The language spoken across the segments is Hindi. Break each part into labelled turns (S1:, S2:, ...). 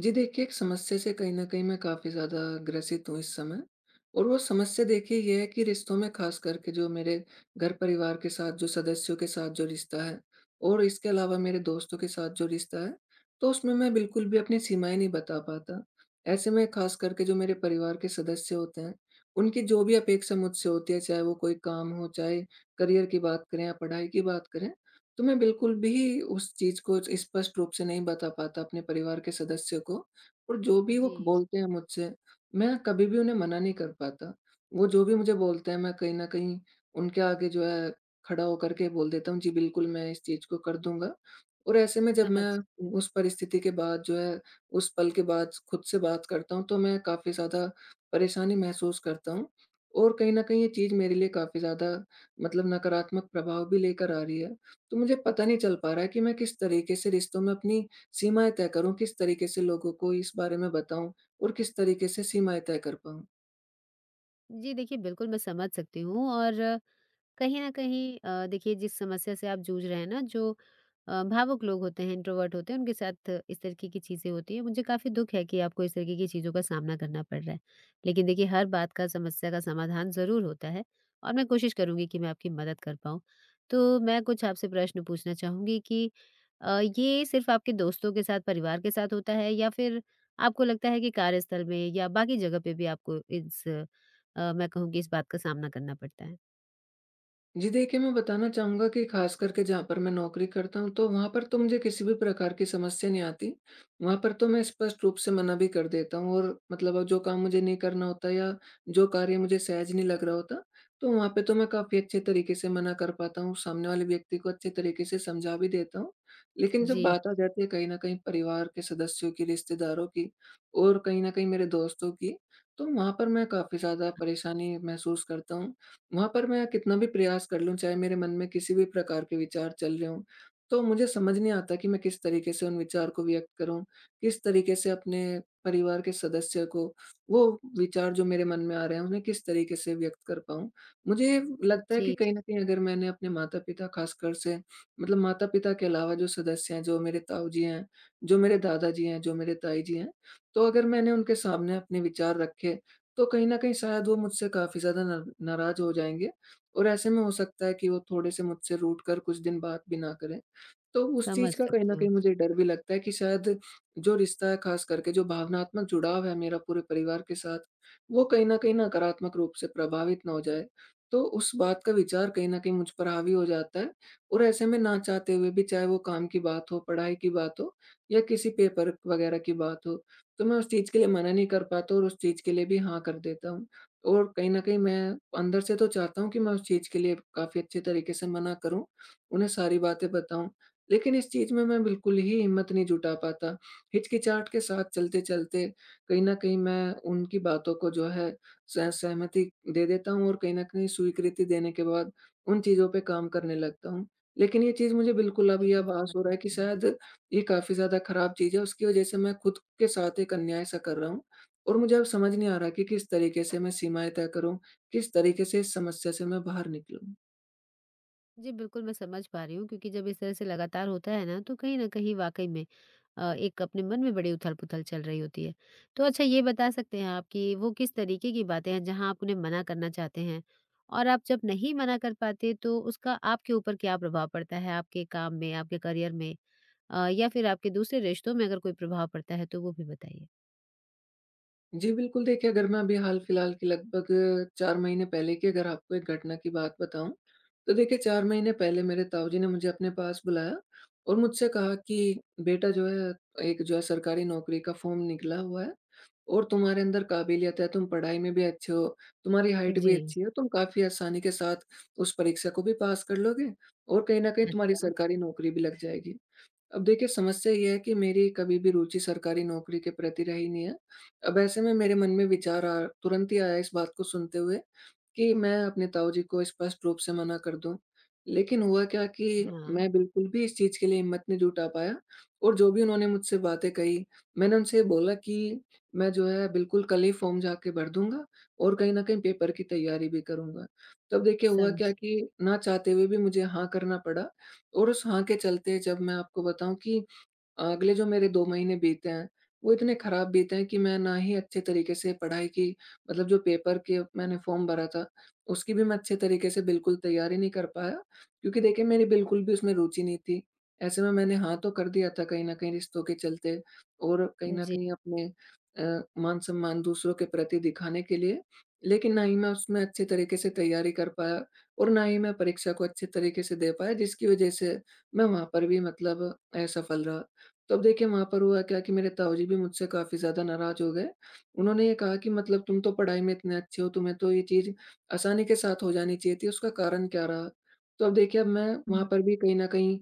S1: जी देखिए, एक समस्या से कहीं न कहीं मैं काफ़ी ज़्यादा ग्रसित हूँ इस समय। और वो समस्या देखिए ये है कि रिश्तों में ख़ास करके जो मेरे घर-परिवार के साथ जो सदस्यों के साथ जो रिश्ता है और इसके अलावा मेरे दोस्तों के साथ जो रिश्ता है, तो उसमें मैं बिल्कुल भी अपनी सीमाएँ नहीं बता पाता। ऐसे में ख़ास करके जो मेरे परिवार के सदस्य होते हैं, उनकी जो भी अपेक्षा मुझसे होती है, चाहे वो कोई काम हो, चाहे करियर की बात करें या पढ़ाई की बात करें, तो मैं बिल्कुल भी उस चीज़ को स्पष्ट रूप से नहीं बता पाता अपने परिवार के सदस्य को। और जो भी वो
S2: जी,
S1: बोलते हैं मुझसे, मैं कभी भी उन्हें मना नहीं कर पाता। वो जो भी मुझे बोलते हैं मैं कहीं न कहीं उनके आगे जो है खड़ा होकर के बोल देता हूँ, जी बिल्कुल मैं इस चीज़ को कर दूँगा। और ऐसे में जब
S2: समझ
S1: मैं
S2: सकती
S1: उस परिस्थिति के बाद जो है उस पल के बाद खुद से बात करता हूँ, तो मैं काफ़ी ज़्यादा परेशानी महसूस करता हूँ और कहीं न कहीं ये चीज़ मेरे लिए काफ़ी ज़्यादा मतलब नकारात्मक प्रभाव भी लेकर आ रही है। तो मुझे पता नहीं चल पा रहा है कि मैं किस तरीके से रिश्तों में अपनी सीमाएँ तय करूँ, किस तरीके से लोगों को इस बारे में बताऊँ और किस तरीके से सीमाएँ तय कर पाऊँ?
S2: हूँ। जी देखिए, बिल्कुल मैं समझ सकती हूँ और कहीं न कहीं देखिए जिस समस्या से आप जूझ रहे हैं ना जो भावुक लोग होते हैं, इंट्रोवर्ट होते हैं, उनके साथ इस तरीके की चीज़ें होती हैं। मुझे काफ़ी दुःख है कि आपको इस तरीके की चीज़ों का सामना करना पड़ रहा है। लेकिन देखिए हर बात का समस्या का समाधान ज़रूर होता है और मैं कोशिश करूँगी कि मैं आपकी मदद कर पाऊँ। तो मैं कुछ आपसे प्रश्न पूछना चाहूँगी कि ये सिर्फ़ आपके दोस्तों के साथ, परिवार के साथ होता है या फिर आपको लगता है कि कार्यस्थल में या बाकी जगह पे भी आपको इस मैं कहूँ कि इस बात का सामना करना पड़ता है?
S1: जी देखिए, मैं बताना चाहूँगा कि ख़ास करके जहाँ पर मैं नौकरी करता हूँ, तो वहाँ पर तो मुझे किसी भी प्रकार की समस्या नहीं आती। वहाँ पर तो मैं स्पष्ट रूप से मना भी कर देता हूँ और मतलब अब जो काम मुझे नहीं करना होता या जो कार्य मुझे सहज नहीं लग रहा होता, तो वहाँ पे तो मैं काफ़ी अच्छे तरीके से मना कर पाता हूँ, सामने वाले व्यक्ति को अच्छे तरीके से समझा भी देता हूँ। लेकिन जब
S2: जी।
S1: बात आ जाती है कहीं न कहीं परिवार के सदस्यों की, रिश्तेदारों की और कहीं न कहीं मेरे दोस्तों की, तो वहाँ पर मैं काफ़ी ज़्यादा परेशानी महसूस करता हूँ। वहाँ पर मैं कितना भी प्रयास कर लूँ, चाहे मेरे मन में किसी भी प्रकार के विचार चल रहे हों, तो मुझे समझ नहीं आता कि मैं किस तरीके से उन विचार को व्यक्त करूँ, किस तरीके से अपने परिवार के सदस्य को वो विचार जो मेरे मन में आ रहे हैं, उन्हें किस तरीके से व्यक्त कर पाऊँ। मुझे लगता है कि
S2: जी,
S1: कहीं न कहीं अगर मैंने अपने माता-पिता खासकर से मतलब माता-पिता के अलावा जो सदस्य हैं, जो मेरे ताऊ जी हैं, जो मेरे दादाजी हैं, जो मेरे ताई जी हैं, तो अगर मैंने उनके सामने अपने विचार रखे तो कहीं न कहीं शायद वो मुझसे काफ़ी ज़्यादा नाराज़ हो जाएँगे और ऐसे में हो सकता है कि वो थोड़े-से मुझसे रूठ कर कुछ दिन बात भी ना करें। तो उस
S2: समझ
S1: चीज़ का कहीं न
S2: सकती
S1: कहीं
S2: हूँ।
S1: मुझे डर भी लगता है कि शायद जो रिश्ता है ख़ास करके जो भावनात्मक जुड़ाव है मेरा पूरे परिवार के साथ, वो कहीं न कहीं नकारात्मक रूप से प्रभावित ना हो जाए। तो उस बात का विचार कहीं न कहीं मुझ पर हावी हो जाता है और ऐसे में ना चाहते हुए भी चाहे वो काम की बात हो, पढ़ाई की बात हो या किसी पेपर वग़ैरह की बात हो, तो मैं उस चीज़ के लिए मना नहीं कर पाता और उस चीज़ के लिए भी हाँ कर देता हूँ। और कहीं न कहीं मैं अंदर से तो चाहता हूँ कि मैं उस चीज़ के लिए काफ़ी अच्छे तरीके से मना करूँ, उन्हें सारी बातें बताऊँ। लेकिन इस चीज़ में मैं बिल्कुल ही हिम्मत नहीं जुटा पाता। हिचकिचाहट के साथ चलते-चलते कहीं न कहीं मैं उनकी बातों को जो है सह सहमति दे देता हूँ और कहीं न कहीं स्वीकृति देने के बाद उन चीज़ों पे काम करने लगता हूँ। लेकिन ये चीज़ मुझे
S2: हुँ,
S1: बिल्कुल अभी
S2: बिल्कुल
S1: आभास
S2: समझ
S1: हो रहा है कि
S2: सकती हूँ।
S1: शायद ये काफ़ी ज़्यादा खराब चीज़ है, उसकी वज़ह से मैं खुद के साथ एक अन्याय-सा कर रहा हूँ और मुझे अब समझ नहीं आ रहा कि किस तरीके से मैं सीमाएँ तय करूँ, किस तरीके से इस समस्या से मैं बाहर निकलूँ?
S2: जी, बिल्कुल मैं समझ पा रही हूँ क्योंकि जब इस तरह से लगातार होता है ना, तो कहीं न कहीं वाक़ई में एक अपने मन में बड़ी उथल-पुथल चल रही होती है। तो अच्छा ये बता सकते हैं आप कि वो किस तरीके की बातें हैं जहाँ आप उन्हें मना करना चाहते हैं? और आप जब नहीं मना कर पाते तो उसका आपके ऊपर क्या प्रभाव पड़ता है? आपके काम में, आपके करियर में या फिर आपके दूसरे रिश्तों में अगर कोई प्रभाव पड़ता है तो वो भी बताइए?
S1: जी, बिल्कुल देखिए अगर मैं अभी हाल-फिलहाल की लगभग 4 महीने पहले की अगर आपको एक घटना की बात बताऊँ, तो देखिए 4 महीने पहले मेरे ताऊजी ने मुझे अपने पास बुलाया और मुझसे कहा कि बेटा जो है एक जो है सरकारी नौकरी का फ़ॉर्म निकला हुआ है और तुम्हारे अंदर काबिलियत है, तुम पढ़ाई में भी अच्छे हो, तुम्हारी हाइट
S2: जी,
S1: भी अच्छी है, तुम काफ़ी आसानी के साथ उस परीक्षा को भी पास कर लोगे और कहीं न कहीं तुम्हारी
S2: अच्छा।
S1: सरकारी नौकरी भी लग जाएगी। अब देखिए समस्या ये है कि मेरी कभी भी रुचि सरकारी नौकरी के प्रति रही नहीं है। अब ऐसे में मेरे मन में विचार आ तुरंत ही आया इस बात को सुनते हुए कि मैं अपने ताऊजी को स्पष्ट रूप से मना कर दूँ। लेकिन हुआ क्या कि
S2: हाँ,
S1: मैं बिल्कुल भी इस चीज़ के लिए हिम्मत नहीं जुटा पाया और जो भी उन्होंने मुझसे बातें कही, मैंने उनसे बोला कि मैं जो है बिल्कुल कल ही फ़ॉर्म जाके भर दूँगा और कहीं न कहीं पेपर की तैयारी भी करूँगा। तब देखिए हुआ क्या
S2: समझी।
S1: कि ना चाहते हुए भी मुझे हाँ करना पड़ा और उस हाँ के चलते जब मैं आपको बताऊँ कि अगले जो मेरे 2 महीने बीते हैं, वो इतने खराब बीते हैं कि मैं ना ही अच्छे तरीके से पढ़ाई की मतलब जो पेपर के मैंने फ़ॉर्म भरा था, उसकी भी मैं अच्छे तरीके से बिल्कुल तैयारी नहीं कर पाया, क्योंकि देखिए मेरी बिल्कुल भी उसमें रुचि नहीं थी। ऐसे में मैंने हाँ तो कर दिया था कहीं न कहीं रिश्तों के चलते और कहीं न
S2: जी।
S1: कहीं अपने मान-सम्मान दूसरों के प्रति दिखाने के लिए, लेकिन ना ही मैं उसमें अच्छे तरीके से तैयारी कर पाया और ना ही मैं परीक्षा को अच्छे तरीके से दे पाया, जिसकी वजह से मैं वहाँ पर भी मतलब असफल रहा। तो अब देखिए वहाँ पर हुआ क्या कि मेरे ताऊजी भी मुझसे काफ़ी ज़्यादा नाराज़ हो गए। उन्होंने ये कहा कि मतलब तुम तो पढ़ाई में इतने अच्छे हो, तुम्हें तो ये चीज़ आसानी के साथ हो जानी चाहिए थी, उसका कारण क्या रहा? तो अब देखिए अब मैं वहाँ पर भी कहीं न कहीं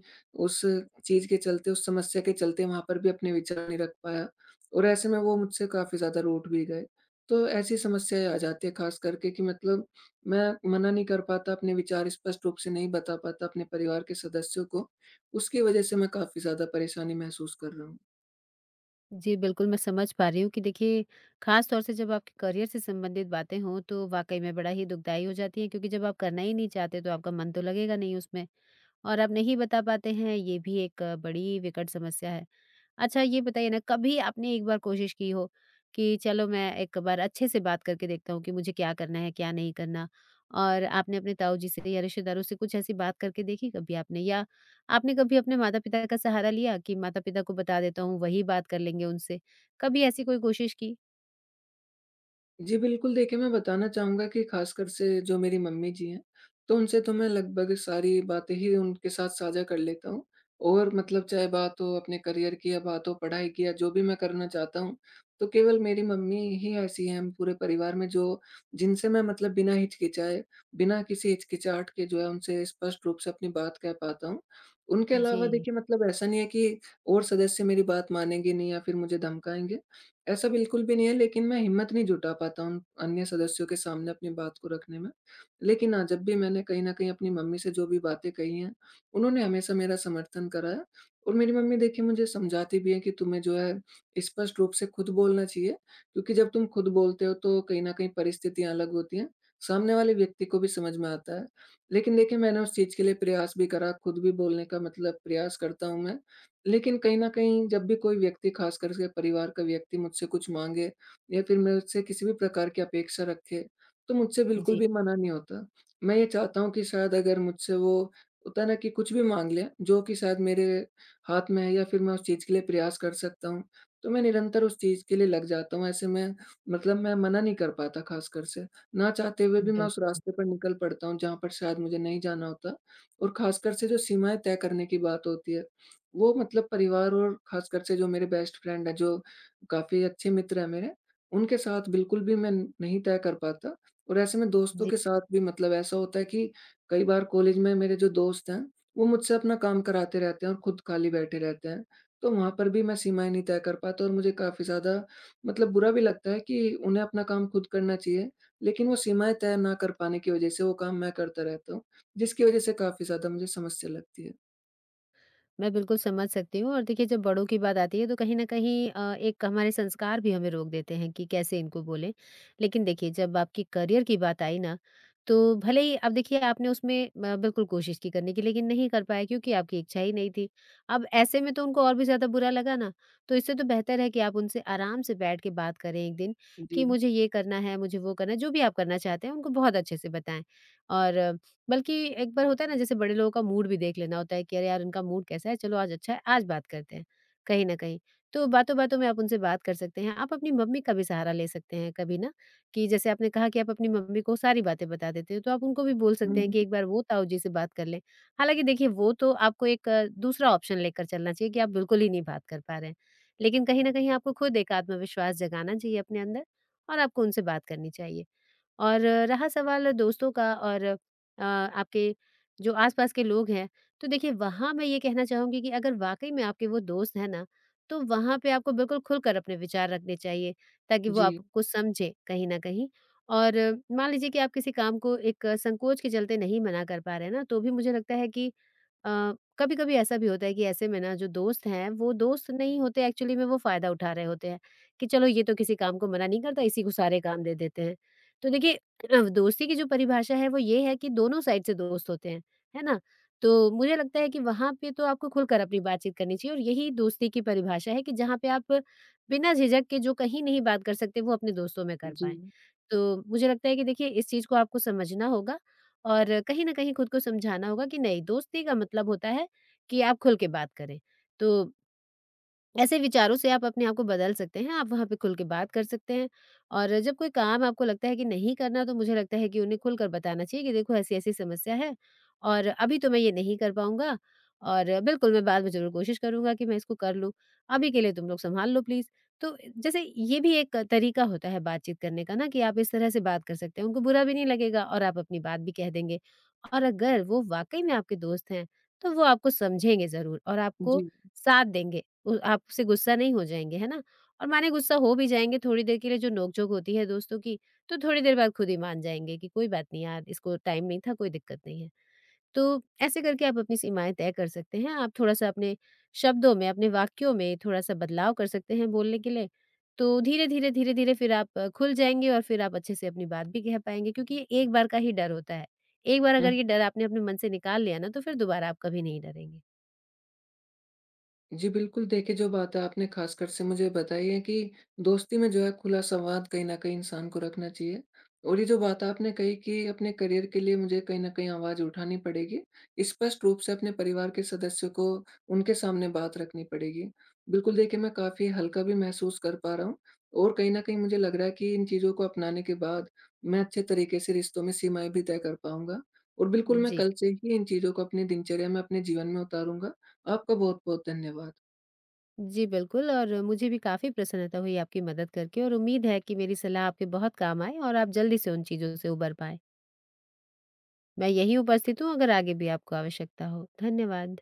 S1: उस चीज़ के चलते, उस समस्या के चलते वहाँ पर भी अपने विचार नहीं रख पाया और ऐसे में वो मुझसे काफ़ी ज़्यादा रूठ भी गए। तो ऐसी समस्याएँ आ जाती है ख़ास करके कि मतलब मैं मना नहीं कर पाता, अपने विचार स्पष्ट रूप से नहीं बता पाता अपने परिवार के सदस्यों को उसकी वजह से मैं काफ़ी ज़्यादा परेशानी महसूस कर रहा हूँ।
S2: जी, बिल्कुल, मैं समझ पा रही हूँ कि देखिए, ख़ास तौर से जब आपके करियर से संबंधित बातें हों, तो वाक़ई में बड़ा ही दुखदाई हो जाती हैं, क्योंकि जब आप करना ही नहीं चाहते, तो आपका मन तो लगेगा नहीं उसमें और आप नहीं बता पाते हैं, ये भी एक बड़ी विकट समस्या है। अच्छा ये बताइए ना कभी आपने एक बार कोशिश की हो कि चलो मैं एक बार अच्छे से बात करके देखता हूँ कि मुझे क्या करना है क्या नहीं करना और आपने अपने ताऊ जी से या रिश्तेदारों से कुछ ऐसी बात करके देखी कभी आपने या आपने कभी अपने माता पिता का सहारा लिया कि माता पिता को बता देता हूँ वही बात कर लेंगे उनसे कभी ऐसी कोई कोशिश की।
S1: जी, बिल्कुल देखिए, मैं बताना चाहूँगा कि ख़ासकर से जो मेरी मम्मी जी हैं, तो उनसे तो मैं लगभग सारी बातें ही उनके साथ साझा कर लेता हूँ और मतलब चाहे बात हो अपने करियर की या बात हो पढ़ाई की या जो भी मैं करना चाहता हूँ, तो केवल मेरी मम्मी ही ऐसी हैं हम पूरे परिवार में जो जिनसे मैं मतलब बिना हिचकिचाए, बिना किसी हिचकिचाहट के जो है उनसे स्पष्ट रूप से अपनी बात कह पाता हूँ। उनके अलावा
S2: जी।
S1: देखिए मतलब ऐसा नहीं है कि और सदस्य मेरी बात मानेंगे नहीं या फिर मुझे धमकाएँगे। ऐसा बिल्कुल भी नहीं है, लेकिन मैं हिम्मत नहीं जुटा पाता हूँ अन्य सदस्यों के सामने अपनी बात को रखने में। लेकिन हाँ, जब भी मैंने कहीं न कहीं अपनी मम्मी से जो भी बातें कही हैं, उन्होंने हमेशा मेरा समर्थन करा है और मेरी मम्मी देखिए मुझे समझाती भी हैं कि तुम्हें जो है स्पष्ट रूप से खुद बोलना चाहिए क्योंकि जब तुम खुद बोलते हो तो कहीं न कहीं परिस्थितियाँ अलग होती हैं, सामने वाले व्यक्ति को भी समझ में आता है। लेकिन देखिए मैंने उस चीज़ के लिए प्रयास भी करा, खुद भी बोलने का मतलब प्रयास करता हूँ मैं लेकिन कहीं न कहीं जब भी कोई व्यक्ति ख़ासकर से परिवार का व्यक्ति मुझसे कुछ माँगे या फिर मुझसे किसी भी प्रकार की अपेक्षा रखे, तो मुझसे बिल्कुल
S2: जी,
S1: भी मना नहीं होता। मैं ये चाहता हूँ कि शायद अगर मुझसे वो होता है ना कि कुछ भी माँग लें, जो कि शायद मेरे हाथ में है या फिर मैं उस चीज़ के लिए प्रयास कर सकता हूँ, तो मैं निरंतर उस चीज़ के लिए लग जाता हूँ। ऐसे में मतलब मैं मना नहीं कर पाता ख़ासकर से, ना चाहते हुए भी मैं उस
S2: बिल्कुल।
S1: रास्ते पर निकल पड़ता हूँ जहाँ पर शायद मुझे नहीं जाना होता और ख़ासकर से जो सीमाएँ तय करने की बात होती है, वो मतलब परिवार और ख़ासकर से जो मेरे बेस्ट फ्रेंड हैं, जो काफ़ी अच्छे मित्र हैं मेरे, उनके साथ बिल्कुल भी मैं नहीं तय कर पाता और ऐसे में दोस्तों के साथ भी मतलब ऐसा होता है कि कई बार कॉलेज में मेरे जो दोस्त हैं, वो मुझसे अपना काम कराते रहते हैं और खुद खाली बैठे रहते हैं। तो वहाँ पर भी मैं सीमाएँ नहीं तय कर पाता और मुझे काफ़ी ज़्यादा मतलब बुरा भी लगता है कि उन्हें अपना काम खुद करना चाहिए, लेकिन वो सीमाएँ तय ना कर पाने की वजह से वो काम मैं करता रहता हूँ, जिसकी वजह से काफ़ी ज़्यादा मुझे समस्या लगती है।
S2: मैं बिल्कुल समझ सकती हूँ और देखिए जब बड़ों की बात आती है तो कहीं न कहीं एक हमारे संस्कार भी हमें रोक देते हैं कि कैसे इनको बोलें। लेकिन देखिए जब आपके करियर की बात आई ना, तो भले ही अब देखिए आपने उसमें म बिल्कुल कोशिश की करने की लेकिन नहीं कर पाए क्योंकि आपकी इच्छा ही नहीं थी। अब ऐसे में तो उनको और भी ज़्यादा बुरा लगा ना, तो इससे तो बेहतर है कि आप उनसे आराम से बैठ के बात करें एक दिन,
S1: जी।
S2: कि मुझे ये करना है, मुझे वो करना है, जो भी आप करना चाहते हैं उनको बहुत अच्छे से बताएँ। और बल्कि एक बार होता है ना जैसे बड़े लोगों का मूड भी देख लेना होता है कि अरे यार इनका मूड कैसा है, चलो आज अच्छा है आज बात करते हैं कहीं ना कहीं। तो बातों बातों में आप उनसे बात कर सकते हैं, आप अपनी मम्मी का भी सहारा ले सकते हैं कभी ना, कि जैसे आपने कहा कि आप अपनी मम्मी को सारी बातें बता देते हो, तो आप उनको भी बोल सकते हैं कि
S1: हम्म।
S2: एक बार वो ताऊ जी से बात कर लें। हालांकि देखिए वो तो आपको एक दूसरा ऑप्शन लेकर चलना चाहिए कि आप बिल्कुल ही नहीं बात कर पा रहे हैं, लेकिन कहीं ना कहीं आपको खुद एक आत्मविश्वास जगाना चाहिए अपने अंदर और आपको उनसे बात करनी चाहिए। और रहा सवाल दोस्तों का और आपके जो आसपास के लोग हैं, तो देखिए वहाँ मैं ये कहना चाहूँगी कि अगर वाक़ई में आपके वो दोस्त हैं ना, तो वहाँ पे आपको बिल्कुल खुलकर अपने विचार रखने चाहिए, ताकि वो
S1: जी,
S2: आपको समझें कहीं न कहीं। और मान लीजिए कि आप किसी काम को एक संकोच के चलते नहीं मना कर पा रहे हैं ना, तो भी मुझे लगता है कि अ, कभी-कभी ऐसा भी होता है कि ऐसे में ना जो दोस्त हैं, वो दोस्त नहीं होते एक्चुअली में वो फ़ायदा उठा रहे होते हैं, कि चलो ये तो किसी काम को मना नहीं करता, इसी को सारे काम दे देते हैं। तो देखिए दोस्ती की जो परिभाषा है वो ये है कि दोनों साइड से दोस्त होते हैं, है ना? तो मुझे लगता है कि वहाँ पे तो आपको खुलकर अपनी बातचीत करनी चाहिए और यही दोस्ती की परिभाषा है कि जहाँ पे आप बिना झिझक के जो कहीं नहीं बात कर सकते वो अपने दोस्तों में कर
S1: जी,
S2: पाएँ। तो मुझे लगता है कि देखिए इस चीज़ को आपको समझना होगा और कहीं न कहीं खुद को समझाना होगा कि नहीं, दोस्ती का मतलब होता है कि आप खुल के बात करें। तो ऐसे विचारों से आप अपने आप को बदल सकते हैं, आप वहाँ पे खुल के बात कर सकते हैं और जब कोई काम आपको लगता है कि नहीं करना, तो मुझे लगता है कि उन्हें खुलकर बताना चाहिए कि देखो ऐसी-ऐसी समस्या है और अभी तो मैं ये नहीं कर पाऊँगा और बिल्कुल मैं बाद में ज़रूर कोशिश करूँगा कि मैं इसको कर लूँ, अभी के लिए तुम लोग सँभाल लो प्लीज़। तो जैसे ये भी एक तरीका होता है बातचीत करने का ना कि आप इस तरह से बात कर सकते हैं, उनको बुरा भी नहीं लगेगा और आप अपनी बात भी कह देंगे और अगर वो वाक़ई में आपके दोस्त हैं, तो वो आपको समझेंगे ज़रूर और आपको
S1: जी।
S2: साथ देंगे। उ आपसे गुस्सा नहीं हो जाएँगे, है ना? और माने गुस्सा हो भी जाएँगे थोड़ी देर के लिए, जो नोक-झोंक होती है दोस्तों की, तो थोड़ी देर बाद खुद ही मान जाएँगे कि कोई बात नहीं यार, इसको टाइम नहीं था, कोई दिक्कत नहीं है। तो ऐसे करके आप अपनी सीमाएँ तय कर सकते हैं। आप थोड़ा-सा अपने शब्दों में, अपने वाक्यों में थोड़ा-सा बदलाव कर सकते हैं बोलने के लिए। तो धीरे-धीरे, धीरे-धीरे फिर आप खुल जाएँगे और फिर आप अच्छे से अपनी बात भी कह पाएँगे क्योंकि ये एक बार का ही डर होता है। एक बार अगर ये
S1: हुँ।
S2: डर आपने अपने मन से निकाल लिया ना, तो फिर दोबारा आप कभी नहीं डरेंगे।
S1: जी बिल्कुल, देखिए जो बात आपने ख़ासकर से मुझे बताई है कि दोस्ती में जो है खुला संवाद कहीं न कहीं इंसान को रखना चाहिए। और ये जो बात आपने कही कि अपने करियर के लिए मुझे कहीं न कहीं आवाज़ उठानी पड़ेगी, स्पष्ट रूप से अपने परिवार के सदस्यों को उनके सामने बात रखनी पड़ेगी। बिल्कुल देखिए मैं काफ़ी हल्का भी महसूस कर पा रहा हूँ और कहीं न कहीं मुझे लग रहा है कि इन चीज़ों को अपनाने के बाद मैं अच्छे तरीके से रिश्तों में सीमाएँ भी तय कर पाऊँगा। और बिल्कुल मैं
S2: जी।
S1: कल से ही इन चीज़ों को अपनी दिनचर्या में, अपने जीवन में उतारूँगा। आपका बहुत-बहुत धन्यवाद।
S2: जी, बिल्कुल और मुझे भी काफ़ी प्रसन्नता हुई आपकी मदद करके और उम्मीद है कि मेरी सलाह आपके बहुत काम आए और आप जल्दी से उन चीज़ों से उबर पाएँ। मैं यहीं उपस्थित हूँ अगर आगे भी आपको आवश्यकता हो। धन्यवाद।